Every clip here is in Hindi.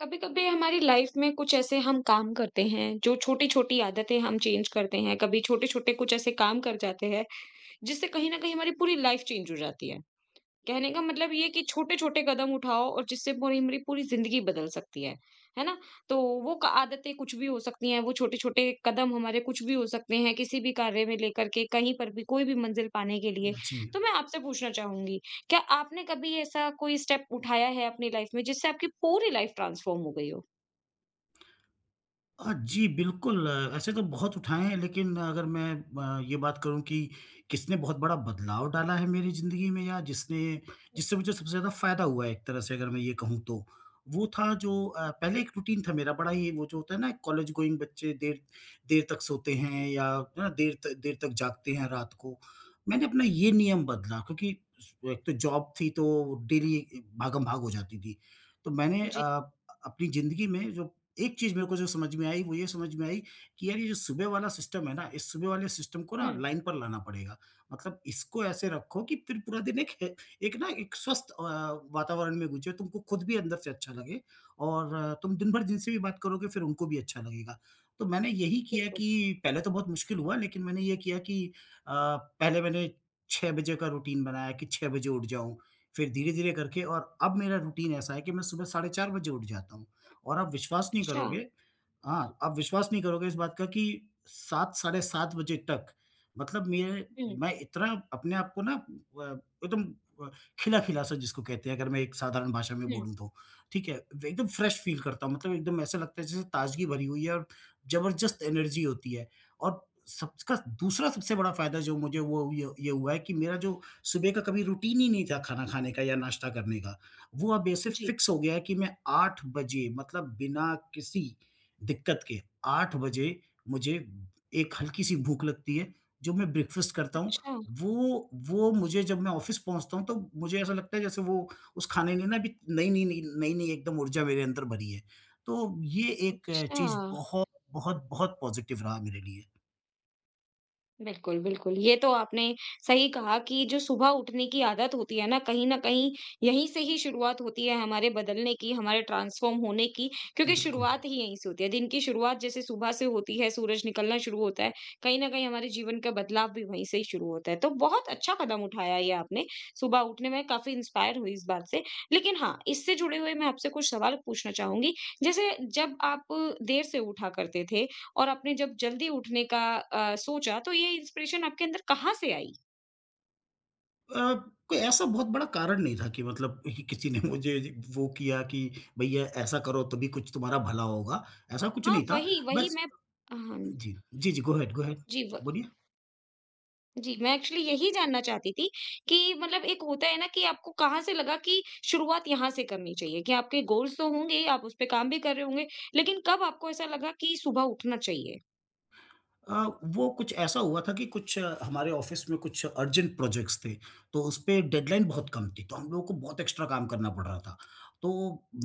कभी कभी हमारी लाइफ में कुछ ऐसे हम काम करते हैं जो छोटी छोटी आदतें हम चेंज करते हैं कभी छोटे छोटे कुछ ऐसे काम कर जाते हैं जिससे कहीं ना कहीं हमारी पूरी लाइफ चेंज हो जाती है। कहने का मतलब ये कि छोटे छोटे कदम उठाओ और जिससे पूरी हमारी पूरी जिंदगी बदल सकती है। है ना। तो वो आदतें कुछ भी हो सकती हैं वो छोटे छोटे कदम हमारे कुछ भी हो सकते हैं किसी भी कार्य में लेकर के कहीं पर भी कोई भी मंजिल पाने के लिए। जी। तो मैं आपसे पूछना चाहूंगी। क्या आपने कभी ऐसा कोई स्टेप उठाया है अपनी लाइफ में जिससे आपकी पूरी लाइफ ट्रांसफॉर्म हो गई हो? जी, बिल्कुल। ऐसे तो बहुत उठाए हैं, लेकिन अगर मैं ये बात करूँ कि किसने बहुत बड़ा बदलाव डाला है मेरी ज़िंदगी में, या जिसने जिससे मुझे सबसे ज़्यादा फ़ायदा हुआ है, एक तरह से अगर मैं ये कहूँ, तो वो था जो, पहले एक रूटीन था मेरा बड़ा ही, वो जो होता है ना, कॉलेज गोइंग बच्चे देर देर तक सोते हैं, या है ना, देर त देर तक जागते हैं रात को। मैंने अपना ये नियम बदला, क्योंकि एक तो जॉब थी, तो डेली भागम-भाग हो जाती थी। तो मैंने जी, अपनी ज़िंदगी में जो एक चीज़ मेरे को जो समझ में आई, वो ये समझ में आई कि यार, ये जो सुबह वाला सिस्टम है ना, इस सुबह वाले सिस्टम को ना हुँ, लाइन पर लाना पड़ेगा। मतलब इसको ऐसे रखो कि फिर पूरा दिन एक ना एक स्वस्थ वातावरण में गुजरे, तुमको खुद भी अंदर से अच्छा लगे और तुम दिन भर जिनसे भी बात करोगे, फिर उनको भी अच्छा लगेगा। तो मैंने यही किया बिल्कुल। कि पहले तो बहुत मुश्किल हुआ, लेकिन मैंने ये किया कि अ, पहले मैंने 6 बजे का रूटीन बनाया कि 6 बजे उठ जाऊँ, फिर धीरे-धीरे करके, और अब मेरा रूटीन ऐसा है कि मैं सुबह साढ़े 4 बजे उठ जाता हूँ। और आप विश्वास नहीं अच्छा। करोगे हाँ, आप विश्वास नहीं करोगे इस बात का कि 7 साढ़े 7 बजे तक, मतलब मेरे हुँ, मैं इतना अपने आप को ना, एकदम अ, खिला-खिला सा, जिसको कहते हैं, अगर मैं एक साधारण भाषा में हुँ, बोलूँ तो, ठीक है? एकदम फ्रेश फ़ील करता हूँ। मतलब एकदम ऐसा लगता है जैसे ताज़गी भरी हुई है, और ज़बरदस्त एनर्जी होती है। और सबका दूसरा सबसे बड़ा फ़ायदा जो मुझे वो ये हुआ है कि मेरा जो सुबह का कभी रूटीन ही नहीं था खाना खाने का या नाश्ता करने का, वो अब ऐसे जी। फिक्स हो गया है कि मैं 8 बजे, मतलब बिना किसी दिक्कत के, 8 बजे मुझे एक हल्की-सी भूख लगती है, जो मैं ब्रेकफ़ास्ट करता हूँ। अच्छा, वो मुझे जब मैं ऑफ़िस पहुँचता हूँ, तो मुझे ऐसा लगता है जैसे वो, उस खाने ने ना अभी नई-नई एकदम ऊर्जा मेरे अंदर भरी है। तो ये एक अच्छा। चीज़ बहुत, बहुत, बहुत पॉज़िटिव रहा मेरे लिए। बिल्कुल, बिल्कुल। ये तो आपने सही कहा कि जो सुबह उठने की आदत होती है ना, कहीं न कहीं यहीं से ही शुरुआत होती है हमारे बदलने की, हमारे ट्रांसफ़ॉर्म होने की, क्योंकि बिल्कुल। शुरुआत ही यहीं से होती है। दिन की शुरुआत जैसे सुबह से होती है, सूरज निकलना शुरू होता है, कहीं न कहीं हमारे जीवन का बदलाव भी वहीं से ही शुरू होता है। तो बहुत अच्छा कदम उठाया ये आपने, सुबह उठने में काफ़ी इंस्पायर हुई इस बात से। लेकिन हाँ, इससे जुड़े हुए मैं आपसे कुछ सवाल पूछना चाहूँगी। जैसे जब आप देर से उठा करते थे और आपने जब जल्दी उठने का सोचा तो ये इंस्पिरेशन आपके अंदर कहाँ से आई? अ, कोई ऐसा बहुत बड़ा कारण नहीं था कि मतलब कि किसी ने मुझे वो किया कि भैया ऐसा करो, तभी कुछ तुम्हारा भला होगा, ऐसा कुछ हाँ, नहीं था। वही, वही बस। मैं हाँ, जी, जी, जी, गो अहेड गो अहेड, जी व बोलिए। जी, मैं एक्चुअली यही जानना चाहती थी कि मतलब एक होता है ना कि आपको कहाँ से लगा कि शुरुआत यहाँ से करनी चाहिए कि आपके गोल्स तो होंगे, आप उस पे काम भी कर रहे होंगे, लेकिन कब आपको ऐसा लगा कि सुबह उठना चाहिए? अ, वो कुछ ऐसा हुआ था कि कुछ हमारे ऑफिस में कुछ अर्जेंट प्रोजेक्ट्स थे, तो उस पे डेडलाइन बहुत कम थी, तो हम लोगों को बहुत एक्स्ट्रा काम करना पड़ रहा था। तो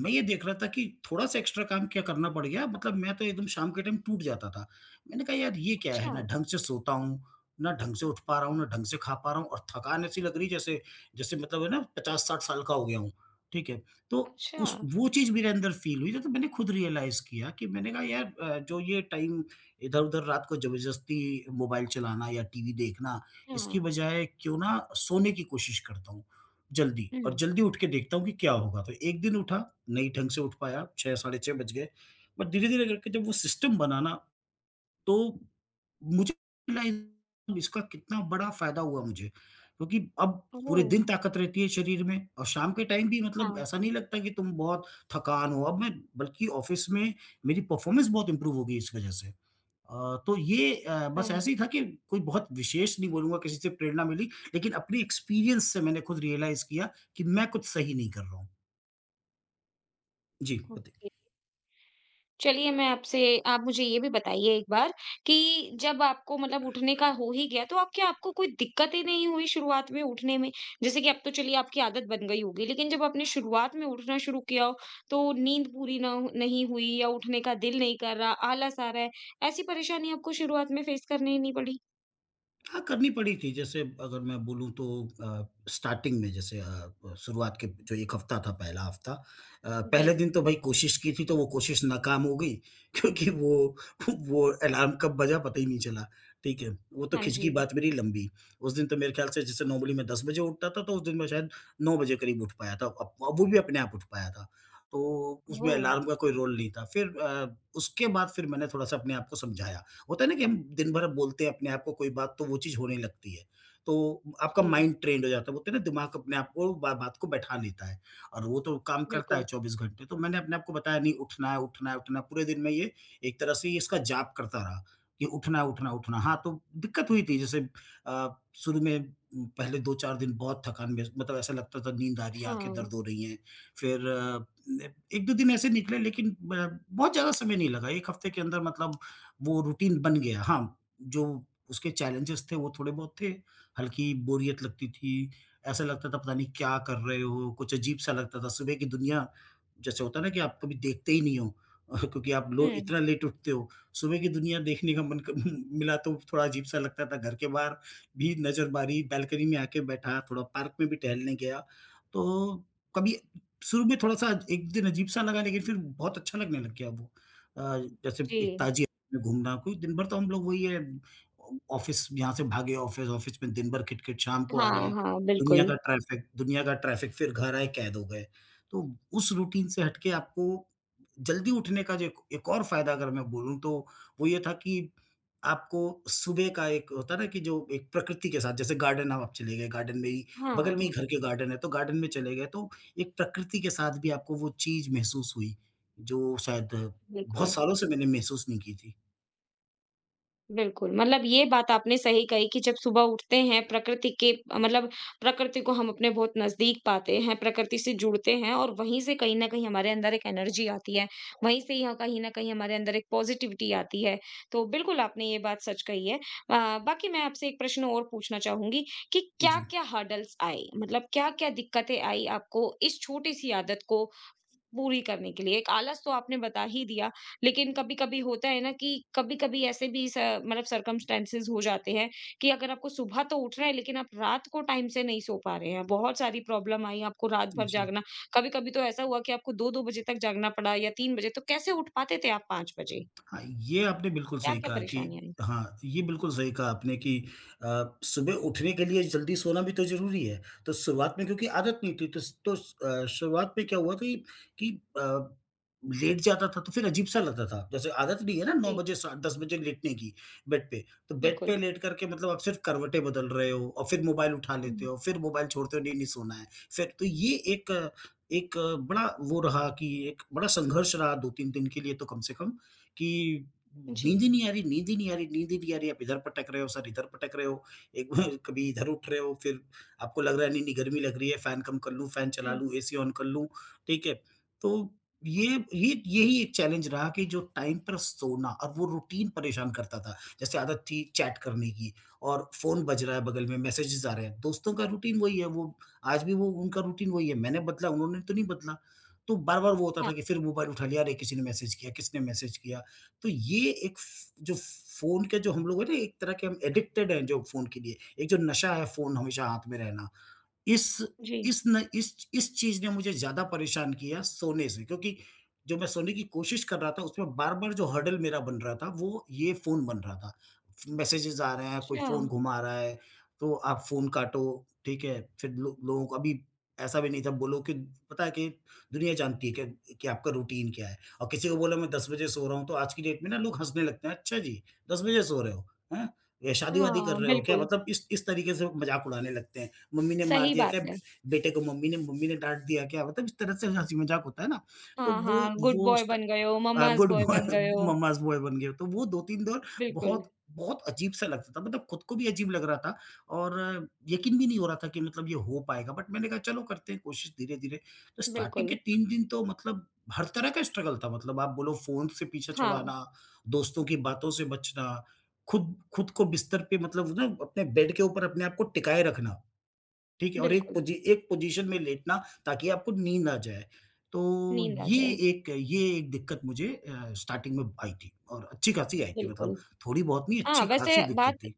मैं ये देख रहा था कि थोड़ा-सा एक्स्ट्रा काम क्या करना पड़ गया, मतलब मैं तो एकदम शाम के टाइम टूट जाता था। मैंने कहा, "यार, ये क्या है? अच्छा, ना ढंग से सोता हूँ, ना ढंग से उठ पा रहा हूँ, ना ढंग से खा पा रहा हूँ, और थकान ऐसी लग रही है जैसे जैसे मतलब है ना, 50-60 साल का हो गया हूँ।" ठीक है? तो अच्छा, उस वो चीज़ मेरे अंदर फ़ील हुई, तो मैंने खुद रियलाइज़ किया। कि मैंने कहा, "यार, जो ये टाइम इधर-उधर रात को ज़बरदस्ती मोबाइल चलाना या टीवी देखना, इसकी हाँ, बजाय क्यों ना सोने की कोशिश करता हूँ, जल्दी, और हुँ, जल्दी उठ के देखता हूँ कि क्या होगा?" तो एक दिन उठा, नहीं ढंग से उठ पाया, 6 साढ़े 6 बज गए, बट धीरे-धीरे करके जब वो सिस्टम बना ना, तो मुझे रियलाइज़ इसका कितना बड़ा फ़ायदा हुआ मुझे, क्योंकि अब पूरे दिन ओह! ताकत रहती है शरीर में, और शाम के टाइम भी मतलब हाँ, ऐसा नहीं लगता कि तुम बहुत थकान हो। अब मैं बल्कि ऑफ़िस में मेरी परफ़ॉर्मेंस बहुत इम्प्रूव हो गई इस वजह से। तो ये बस हाँ, ऐसे ही था कि कोई बहुत विशेष नहीं बोलूँगा किसी से प्रेरणा मिली, लेकिन अपने एक्सपीरियंस से मैंने खुद रियलाइज़ किया कि मैं कुछ सही नहीं कर रहा हूँ। जी। ओके। चलिए मैं आपसे आप मुझे ये भी बताइए एक बार कि जब आपको मतलब उठने का हो ही गया, तो आप क्या आपको कोई दिक्कतें नहीं हुई शुरुआत में उठने में? जैसे कि अब तो चलिए आपकी आदत बन गई होगी, लेकिन जब आपने शुरुआत में उठना शुरू किया हो, तो नींद पूरी ना हो नहीं हुई या उठने का दिल नहीं कर रहा, आलस आ रहा है, ऐसी परेशानी आपको शुरुआत में फेस करनी नहीं पड़ी? हाँ, करनी पड़ी थी। जैसे अगर मैं बोलूँ तो स्टार्टिंग में, जैसे शुरुआत के जो 1 हफ़्ता था, पहला हफ़्ता, जी। पहले दिन तो भई कोशिश की थी, तो वो कोशिश नाकाम हो गई क्योंकि वो, अलार्म कब बजा पता ही नहीं चला, ठीक है? वो तो हाँ खिंच जी। गई बात मेरी लंबी। उस दिन तो मेरे ख़्याल से जैसे नॉर्मली मैं 10 बजे उठता था, तो उस दिन मैं शायद 9 बजे करीब उठ पाया था। अब वो भी अपने आप उठ पाया था, तो उसमें ओह! अलार्म का कोई रोल नहीं था। फिर उसके बाद फिर मैंने थोड़ा-सा अपने आप को समझाया। होता है ना कि हम दिन भर बोलते हैं अपने आप को कोई बात, तो वो चीज़ होने लगती है। तो आपका जी, माइंड ट्रेन्ड हो जाता है, बोलते हैं ना, दिमाग अपने आप को बा बात को बैठा लेता है, और वो तो काम करता है बिल्कुल। 24 घंटे। तो मैंने अपने आप को बताया, नहीं उठना है, उठना है, उठना है, पूरे दिन मैं ये एक तरह से इसका जाप करता रहा कि उठना है, उठना है, उठना है। हाँ, तो दिक्कत हुई थी जैसे अ, शुरू में पहले 2-4 दिन बहुत थकान महस मतलब ऐसा लगता था नींद आ रही है, आँखें हाँ। दर्द हो रही हैं। फिर 1-2 दिन ऐसे निकले, लेकिन ब बहुत ज़्यादा समय नहीं लगा, 1 हफ्ते के अंदर मतलब वो रूटीन बन गया। हाँ, जो उसके चैलेंजेज़ थे वो थोड़े बहुत थे, हल्की बोरियत लगती थी, ऐसा लगता था पता नहीं क्या कर रहे हो, कुछ अजीब-सा लगता था। सुबह की दुनिया, जैसे होता है ना कि आप कभी देखते ही नहीं हो क्योंकि आप लो हुँ। इतना लेट उठते हो। सुबह की दुनिया देखने का मन क मिला तो थोड़ा अजीब-सा लगता था। घर के बाहर भी नज़र मारी, बालकनी में आके बैठा, थोड़ा पार्क में भी टहलने गया। तो कभी शुरू में थोड़ा-सा एक दिन अजीब-सा लगा, लेकिन फिर बहुत अच्छा लगने लग गया वो। जैसे जी। एक ताज़गी में घूमना, क्योंकि दिन भर तो हम लोग वही है, ऑ ऑफ़िस, यहाँ से भागे ऑफ़िस, ऑफ़िस में दिन भर किट-किट, शाम को आ हाँ, रहे हैं, हाँ, बिल्कुल। दुनिया का ट्रैफ़िक, फिर घर आए कैद हो गए। तो उस रूटीन से हट के आपको जल्दी उठने का जो एक एक और फ़ायदा, अगर मैं बोलूँ तो वो ये था कि आपको सुबह का, एक होता है ना कि जो एक प्रकृति के साथ, जैसे गार्डन हम आप चले गए, गार्डन में ही बगल में हाँ, ही घर के गार्डन है, तो गार्डन में चले गए, तो एक प्रकृति के साथ भी आपको वो चीज़ महसूस हुई, जो शायद बहुत बिल्कुल। सालों से मैंने महसूस नहीं की थी। बिल्कुल, मतलब ये बात आपने सही कही कि जब सुबह उठते हैं प्रकृति के मतलब प्रकृति को हम अपने बहुत नज़दीक पाते हैं, प्रकृति से जुड़ते हैं और वहीं से कहीं न कहीं हमारे अंदर एक एनर्जी आती है, वहीं से यहाँ कहीं न कहीं हमारे अंदर एक पॉज़िटिविटी आती है। तो बिल्कुल, आपने ये बात सच कही है। बाकी मैं आपसे एक प्रश्न और पूछना चाहूँगी कि जी, क्या-क्या हर्डल्स आए? मतलब क्या-क्या दिक्कतें आई आपको इस छोटी-सी आदत को पूरी करने के लिए? एक आलस तो आपने बता ही दिया, लेकिन कभी-कभी होता है ना कि कभी-कभी ऐसे भी स मतलब सर्कमस्टेंसेस हो जाते हैं कि अगर आपको सुबह तो उठ रहा है लेकिन आप रात को टाइम से नहीं सो पा रहे हैं। बहुत सारी प्रॉब्लम आई, आपको रात भर जी। जागना कभी-कभी तो ऐसा हुआ कि आपको 2-2 बजे तक जागना पड़ा या 3 बजे तो कैसे उठ पाते थे आप 5 बजे? हाँ, ये आपने बिल्कुल सही क्या-क्या कहा कि परेशानी आई? हाँ, ये बिल्कुल सही कहा आपने कि सुबह उठने के लिए जल्दी सोना भी तो ज़रूरी है। तो शुरुआत में क्योंकि आदत नहीं थी, तो स तो शुरुआत में क्या हुआ था कि कि अ, लेट जाता था तो फिर अजीब-सा लगता था। जैसे आदत नहीं है ना 9 जी, बजे सा 10 बजे लेटने की बेड पे। तो बेड पे बिल्कुल। लेट कर के, मतलब आप सिर्फ़ करवटें बदल रहे हो और फिर मोबाइल उठा लेते हुँ, हो, फिर मोबाइल छोड़ते हो, नहीं, नहीं सोना है। फिर तो ये बड़ा वो रहा कि एक बड़ा संघर्ष रहा 2-3 दिन के लिए तो कम से कम। कि नींद जी। ही नहीं आ रही, नींद ही नहीं आ रही, नींद ही नहीं आ रही, आप इधर पटक रहे हो, सर इधर पटक रहे हो, एक बार कभी इधर उठ रहे हो, फिर आपको लग रहा है नहीं-नहीं गर्मी लग रही है, फ़ैन कम कर लूँ, फ़ैन चला हुँ, लूँ, एसी ऑन कर लूँ, ठीक है? तो ये ये यही एक चैलेंज रहा कि जो टाइम पर सोना और वो रूटीन परेशान करता था। जैसे आदत थी चैट करने की और फ़ोन बज रहा है बगल में, मैसेजेज़ आ रहे हैं, दोस्तों का रूटीन वही है, वो आज भी वो उनका रूटीन वही है, मैंने बदला, उन्होंने तो नहीं बदला। तो बार-बार वो होता था हाँ, कि फिर मोबाइल उठा लिया, अरे किसी ने मैसेज किया, किसने मैसेज किया? तो ये एक फ़ जो फ़ोन के, जो हम लोग हैं ना, एक तरह के हम एडिक्टेड हैं जो फ़ोन के लिए, एक जो नशा है फ़ोन हमेशा हाथ में रहना, इस जी। इस न इस इस चीज़ ने मुझे ज़्यादा परेशान किया सोने से, क्योंकि जो मैं सोने की कोशिश कर रहा था उसमें बार-बार जो हर्डल मेरा बन रहा था वो ये फ़ोन बन रहा था। मैसेजेस आ रहे हैं, कोई अच्छा, फ़ोन घुमा रहा है, तो आप फ़ोन काटो, ठीक है? फिर लो लोगों को अभी ऐसा भी नहीं था बोलो कि पता है कि दुनिया जानती है कि आपका रूटीन क्या है और किसी को बोला मैं 10 बजे सो रहा हूँ तो आज की डेट में ना लोग हँसने लगते हैं, "अच्छा जी, 10 बजे सो रहे हो? हैं? ये शादी-वादी कर हाँ, रहे हो क्या?" बिल्कुल, मतलब इस तरीके से मज़ाक उड़ाने लगते हैं। मम्मी ने मार सही दिया बात क्या? है। बेटे को मम्मी ने डाँट दिया क्या? मतलब इस तरह से हँसी-मज़ाक होता है ना, तो हाँ, हाँ, गुड वो बॉय स्ट बन गए हो, मम्माज़ गुड बॉय बॉय बन गए हो। मम्माज़ बॉय बन गए। तो वो 2-3 दौर बिल्कुल, बहुत बहुत अजीब-सा लगता था। मतलब खुद को भी अजीब लग रहा था और यकीन भी नहीं हो रहा था कि मतलब ये हो पाएगा। बट मैंने कहा चलो करते हैं कोशिश धीरे-धीरे। तो स्टार्टिंग के बिल्कुल। 3 दिन तो मतलब हर तरह का स्ट्रगल था। मतलब आप बोलो फ़ोन से पीछा हाँ, छुड़ाना, दोस्तों की बातों से बचना, खुद खुद को बिस्तर पे मतलब ना अपने बेड के ऊपर अपने आप को टिकाए रखना। ठीक है? और बिल्कुल। एक पोज़ीशन में लेटना ताकि आपको नींद आ जाए। तो नींद आ ये जाए, ये एक दिक्कत मुझे स्टार्टिंग में आई थी और अच्छी-खासी आई थी मतलब बिल्कुल। थोड़ी-बहुत नहीं हाँ, वैसे अच्छी-खासी दिक्कत बात थी।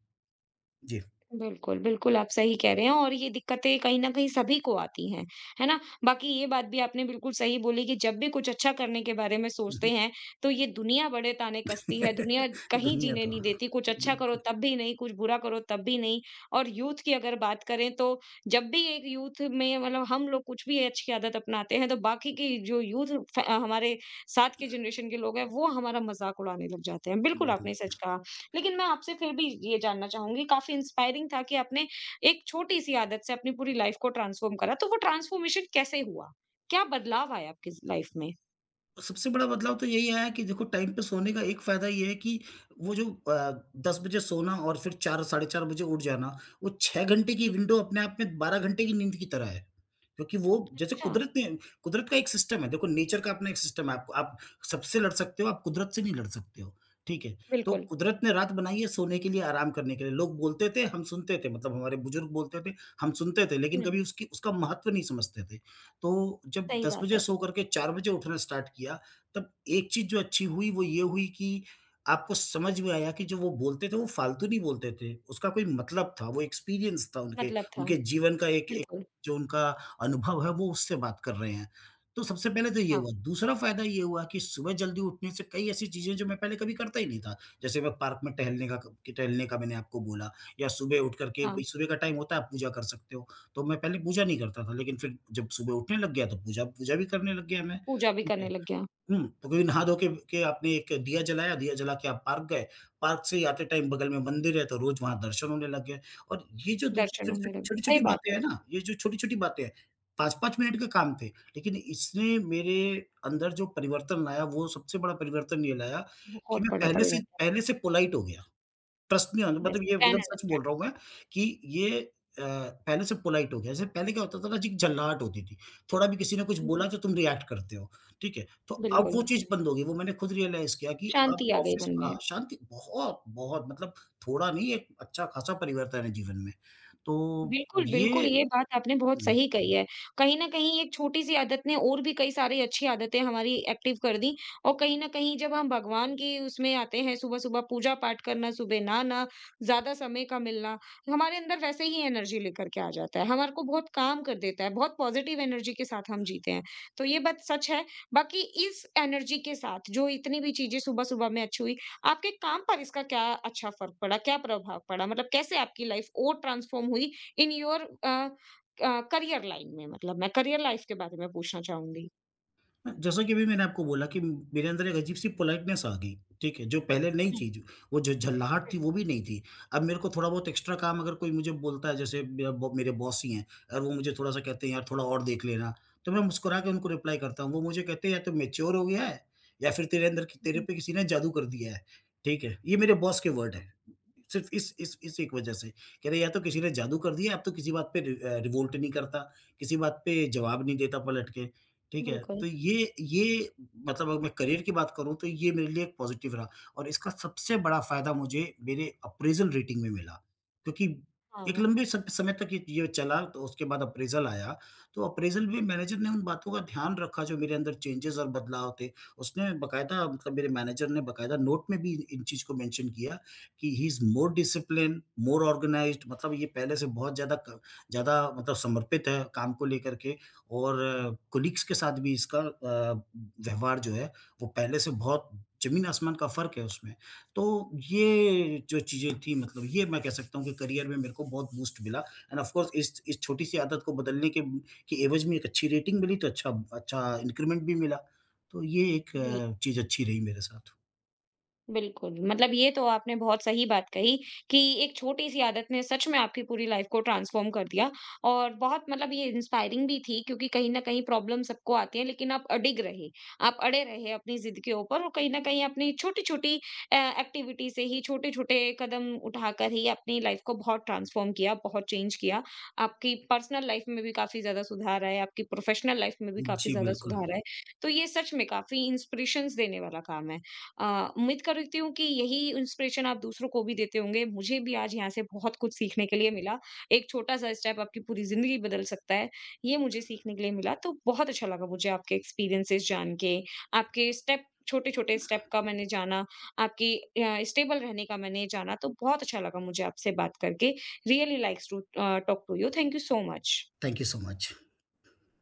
जी। बिल्कुल, बिल्कुल आप सही कह रहे हैं और ये दिक्कतें कहीं न कहीं सभी को आती हैं, है ना? बाकी ये बात भी आपने बिल्कुल सही बोली कि जब भी कुछ अच्छा करने के बारे में सोचते हैं, तो ये दुनिया बड़े ताने कसती है, दुनिया कहीं दुनिया जीने तो नहीं हाँ, देती, कुछ अच्छा करो बिल्कुल। तब भी नहीं, कुछ बुरा करो तब भी नहीं। और यूथ की अगर बात करें तो जब भी एक यूथ में मतलब हम लोग कुछ भी अच्छी आदत अपनाते हैं, तो बाकी की जो यूथ फ हमारे साथ के जनरेशन के लोग हैं, वो हमारा मज़ाक उड़ाने लग जाते हैं। बिल्कुल, आपने बिल्कुल। सच कहा। लेकिन मैं आपसे फिर भी ये जानना चाहूँगी, काफ़ी इंस्पायरिंग था कि आपने एक छोटी-सी आदत से अपनी पूरी लाइफ़ को ट्रांसफ़ॉर्म करा, तो वो ट्रांसफ़ॉर्मेशन कैसे हुआ? क्या बदलाव आया आपकी ज़ लाइफ़ में? सबसे बड़ा बदलाव तो यही आया कि देखो टाइम पे सोने का एक फायदा ये है कि वो जो 10 बजे सोना और फिर 4 साढ़े 4 बजे उठ जाना, वो 6 घंटे की जी। विंडो अपने आप में 12 घंटे की नींद की तरह है। क्योंकि वो जैसे अच्छा। कुदरत ने कुदरत का एक सिस्टम है, देखो नेचर का अपना एक सिस्टम है, आप सबसे लड़ सकते हो, आप कुदरत से नहीं लड़ सकते हो, ठीक है? तो बिल्कुल। कुदरत ने रात बनाई है सोने के लिए, आराम करने के लिए। लोग बोलते थे, हम सुनते थे, मतलब हमारे बुजुर्ग बोलते थे, हम सुनते थे, लेकिन हुँ, कभी उसकी उसका महत्व नहीं समझते थे। तो जब सही 10 बात बजे है। सो करके 4 बजे उठना स्टार्ट किया, तब एक चीज़ जो अच्छी हुई वो ये हुई कि आपको समझ में आया कि जो वो बोलते थे वो फालतू नहीं बोलते थे, उसका कोई मतलब था, वो एक्सपीरियंस था उनके मतलब था। उनके जीवन का एक एक बिल्कुल। जो उनका अनुभव है वो उससे बात कर रहे हैं। तो सबसे पहले तो ये हाँ, हुआ, दूसरा फ़ायदा ये हुआ कि सुबह जल्दी उठने से कई ऐसी चीज़ें जो मैं पहले कभी करता ही नहीं था, जैसे मैं पार्क में टहलने का मैंने आपको बोला या सुबह उठ कर के भाई हाँ। सुबह का टाइम होता है आप पूजा कर सकते हो। तो मैं पहले पूजा नहीं करता था, लेकिन फिर जब सुबह उठने लग गया तो पूजा पूजा भी करने लग गया मैं, पूजा भी ठीक है। करने लग गया, हुँ, तो कभी नहा धो के आपने एक दिया जलाया, दिया जला के आप पार्क गए, पार्क से ही आते टाइम बगल में मंदिर है तो रोज़ वहाँ दर्शन होने लग गए और ये जो दो दर्शन होने लग गया। सही छोटी-छोटी बात बातें है। हैं ना, ये जो छोटी-छोटी बातें हैं, 5-5 मिनट के काम थे, लेकिन इसने मेरे अंदर जो परिवर्तन लाया वो सबसे बड़ा परिवर्तन ये लाया कि बहुत मैं बड़ा बढ़िया था। पहले से पोलाइट हो गया। ट्रस्ट नहीं होना यस, मतलब ये एकदम कैन सच बोल अंडरस्टैंड। रहा हूँ मैं कि ये अ, पहले से पोलाइट हो गया। जैसे पहले क्या होता था ना जी झल्लाहट होती थी। थोड़ा भी किसी ने कुछ हुँ, बोला तो तुम रिएक्ट करते हो, ठीक है? तो अब वो बिल्कुल। चीज़ बंद हो गई। वो मैंने खुद रियलाइज़ किया कि अब शांति आ गई ऑफ़िस मन हाँ, में। शांति बहुत मतलब थोड़ा नहीं एक अच्छा खासा परिवर्तन है जीवन में। तो बिल्कुल, ये बिल्कुल, ये बात आपने बहुत हुँ। सही कही है। कहीं न कहीं एक छोटी-सी आदत ने और भी कई सारी अच्छी आदतें हमारी एक्टिव कर दी और कहीं न कहीं जब हम भगवान की उसमें आते हैं, सुबह-सुबह पूजा-पाठ करना, सुबह नहाना, ज़्यादा समय का मिलना, हमारे अंदर वैसे ही एनर्जी लेकर के आ जाता है। हमारे को बहुत काम कर देता है, बहुत पॉज़िटिव एनर्जी के साथ हम जीते हैं। तो ये बात सच है। बाकी इस एनर्जी के साथ जो इतनी भी चीज़ें सुबह-सुबह में अच्छी हुई, आपके काम पर इसका क्या अच्छा फ़र्क पड़ा? क्या प्रभाव पड़ा? मतलब कैसे आपकी लाइफ़ और ट्रांसफ़ॉर्म हुई इन योर करियर लाइन में मतलब मैं करियर लाइफ के बारे में पूछना चाहूँगी। जैसा कि अभी मैंने आपको बोला कि मेरे अंदर एक अजीब-सी पोलाइटनेस आ गई, ठीक है? जो पहले नहीं हुँ, थी, जो वो जो झल्लाहट हुँ, थी, वो भी नहीं थी। अब मेरे को थोड़ा बहुत एक्स्ट्रा काम अगर कोई मुझे बोलता है, जैसे मेरा बॉ मेरे बॉस ही हैं और वो मुझे थोड़ा-सा कहते हैं, "यार, थोड़ा और देख लेना।" तो मैं मुस्कुरा के उनको रिप्लाई करता हूँ। वो मुझे कहते हैं, "या तो मैच्योर हो गया है या फिर तेरे अंदर कि तेरे पे किसी ने जादू कर दिया है।" ठीक है? ये मेरे बॉस के वर्ड हैं। सिर्फ़ इस एक वजह से। कह रहे, "या तो किसी ने जादू कर दिया, अब तो किसी बात पे रिवोल्ट नहीं करता, किसी बात पे जवाब नहीं देता पलट के।" जी, ठीक है? बिल्कुल। तो ये मतलब अगर मैं करियर की बात करूँ तो ये मेरे लिए एक पॉज़िटिव रहा और इसका सबसे बड़ा फ़ायदा मुझे मेरे अप्रेज़ल रेटिंग में मिला। क्योंकि एक हाँ। लंबे सम समय तक ये चला तो उसके बाद अप्रेज़ल आया। तो अप्रेज़ल में मैनेजर ने उन बातों का ध्यान रखा जो मेरे अंदर चेंजेज़ और बदलाव थे। उसने बाकायदा मतलब मेरे मैनेजर ने बाकायदा नोट में भी इन चीज़ को मेंशन किया कि ही is more disciplined, more organised मतलब ये पहले से बहुत ज़्यादा मतलब समर्पित है काम को लेकर के और कोलीग्स के साथ भी इसका व्यवहार जो है वो पहले से बहुत ज़मीन आसमान का फ़र्क है उसमें। तो ये जो चीज़ें थी मतलब ये मैं कह सकता हूँ कि करियर में मेरे को बहुत बूस्ट मिला एंड ऑफ कोर्स इस छोटी-सी आदत को बदलने के की एवज़ में एक अच्छी रेटिंग मिली तो अच्छा अच्छा इंक्रीमेंट भी मिला। तो ये एक जी। चीज़ अच्छी रही मेरे साथ। बिल्कुल, मतलब ये तो आपने बहुत सही बात कही कि एक छोटी-सी आदत ने सच में आपकी पूरी लाइफ़ को ट्रांसफ़ॉर्म कर दिया और बहुत मतलब ये इंस्पायरिंग भी थी क्योंकि कहीं न कहीं प्रॉब्लम सबको आती है लेकिन आप अडिग रहे, आप अड़े रहे अपनी ज़िद के ऊपर और कहीं न कहीं अपनी छोटी-छोटी एक्टिविटी से ही छोटे-छोटे कदम उठाकर ही अपनी लाइफ़ को बहुत ट्रांसफ़ॉर्म किया, बहुत चेंज किया। आपकी पर्सनल लाइफ़ में भी काफ़ी ज़्यादा सुधार आया, आपकी प्रोफ़ेशनल लाइफ़ में भी काफ़ी जी, ज़्यादा बिल्कुल। सुधार आए। तो ये सच में काफ़ी इंस्पिरेशंस देने वाला काम है। अ, उम्मीद करती हूँ कि यही इंस्पिरेशन आप दूसरों को भी देते होंगे। मुझे भी आज यहाँ से बहुत कुछ सीखने के लिए मिला। एक छोटा-सा स्टेप आपकी पूरी ज़िंदगी बदल सकता है, ये मुझे सीखने के लिए मिला। तो बहुत अच्छा लगा मुझे आपके एक्सपीरियंसेस जान के, आपके स्टेप छोटे-छोटे स्टेप का मैंने जाना, आपकी स्टेबल रहने का मैंने जाना। तो बहुत अच्छा लगा मुझे आपसे बात करके। Really likes to talk to you. Thank you so much. Thank you so much.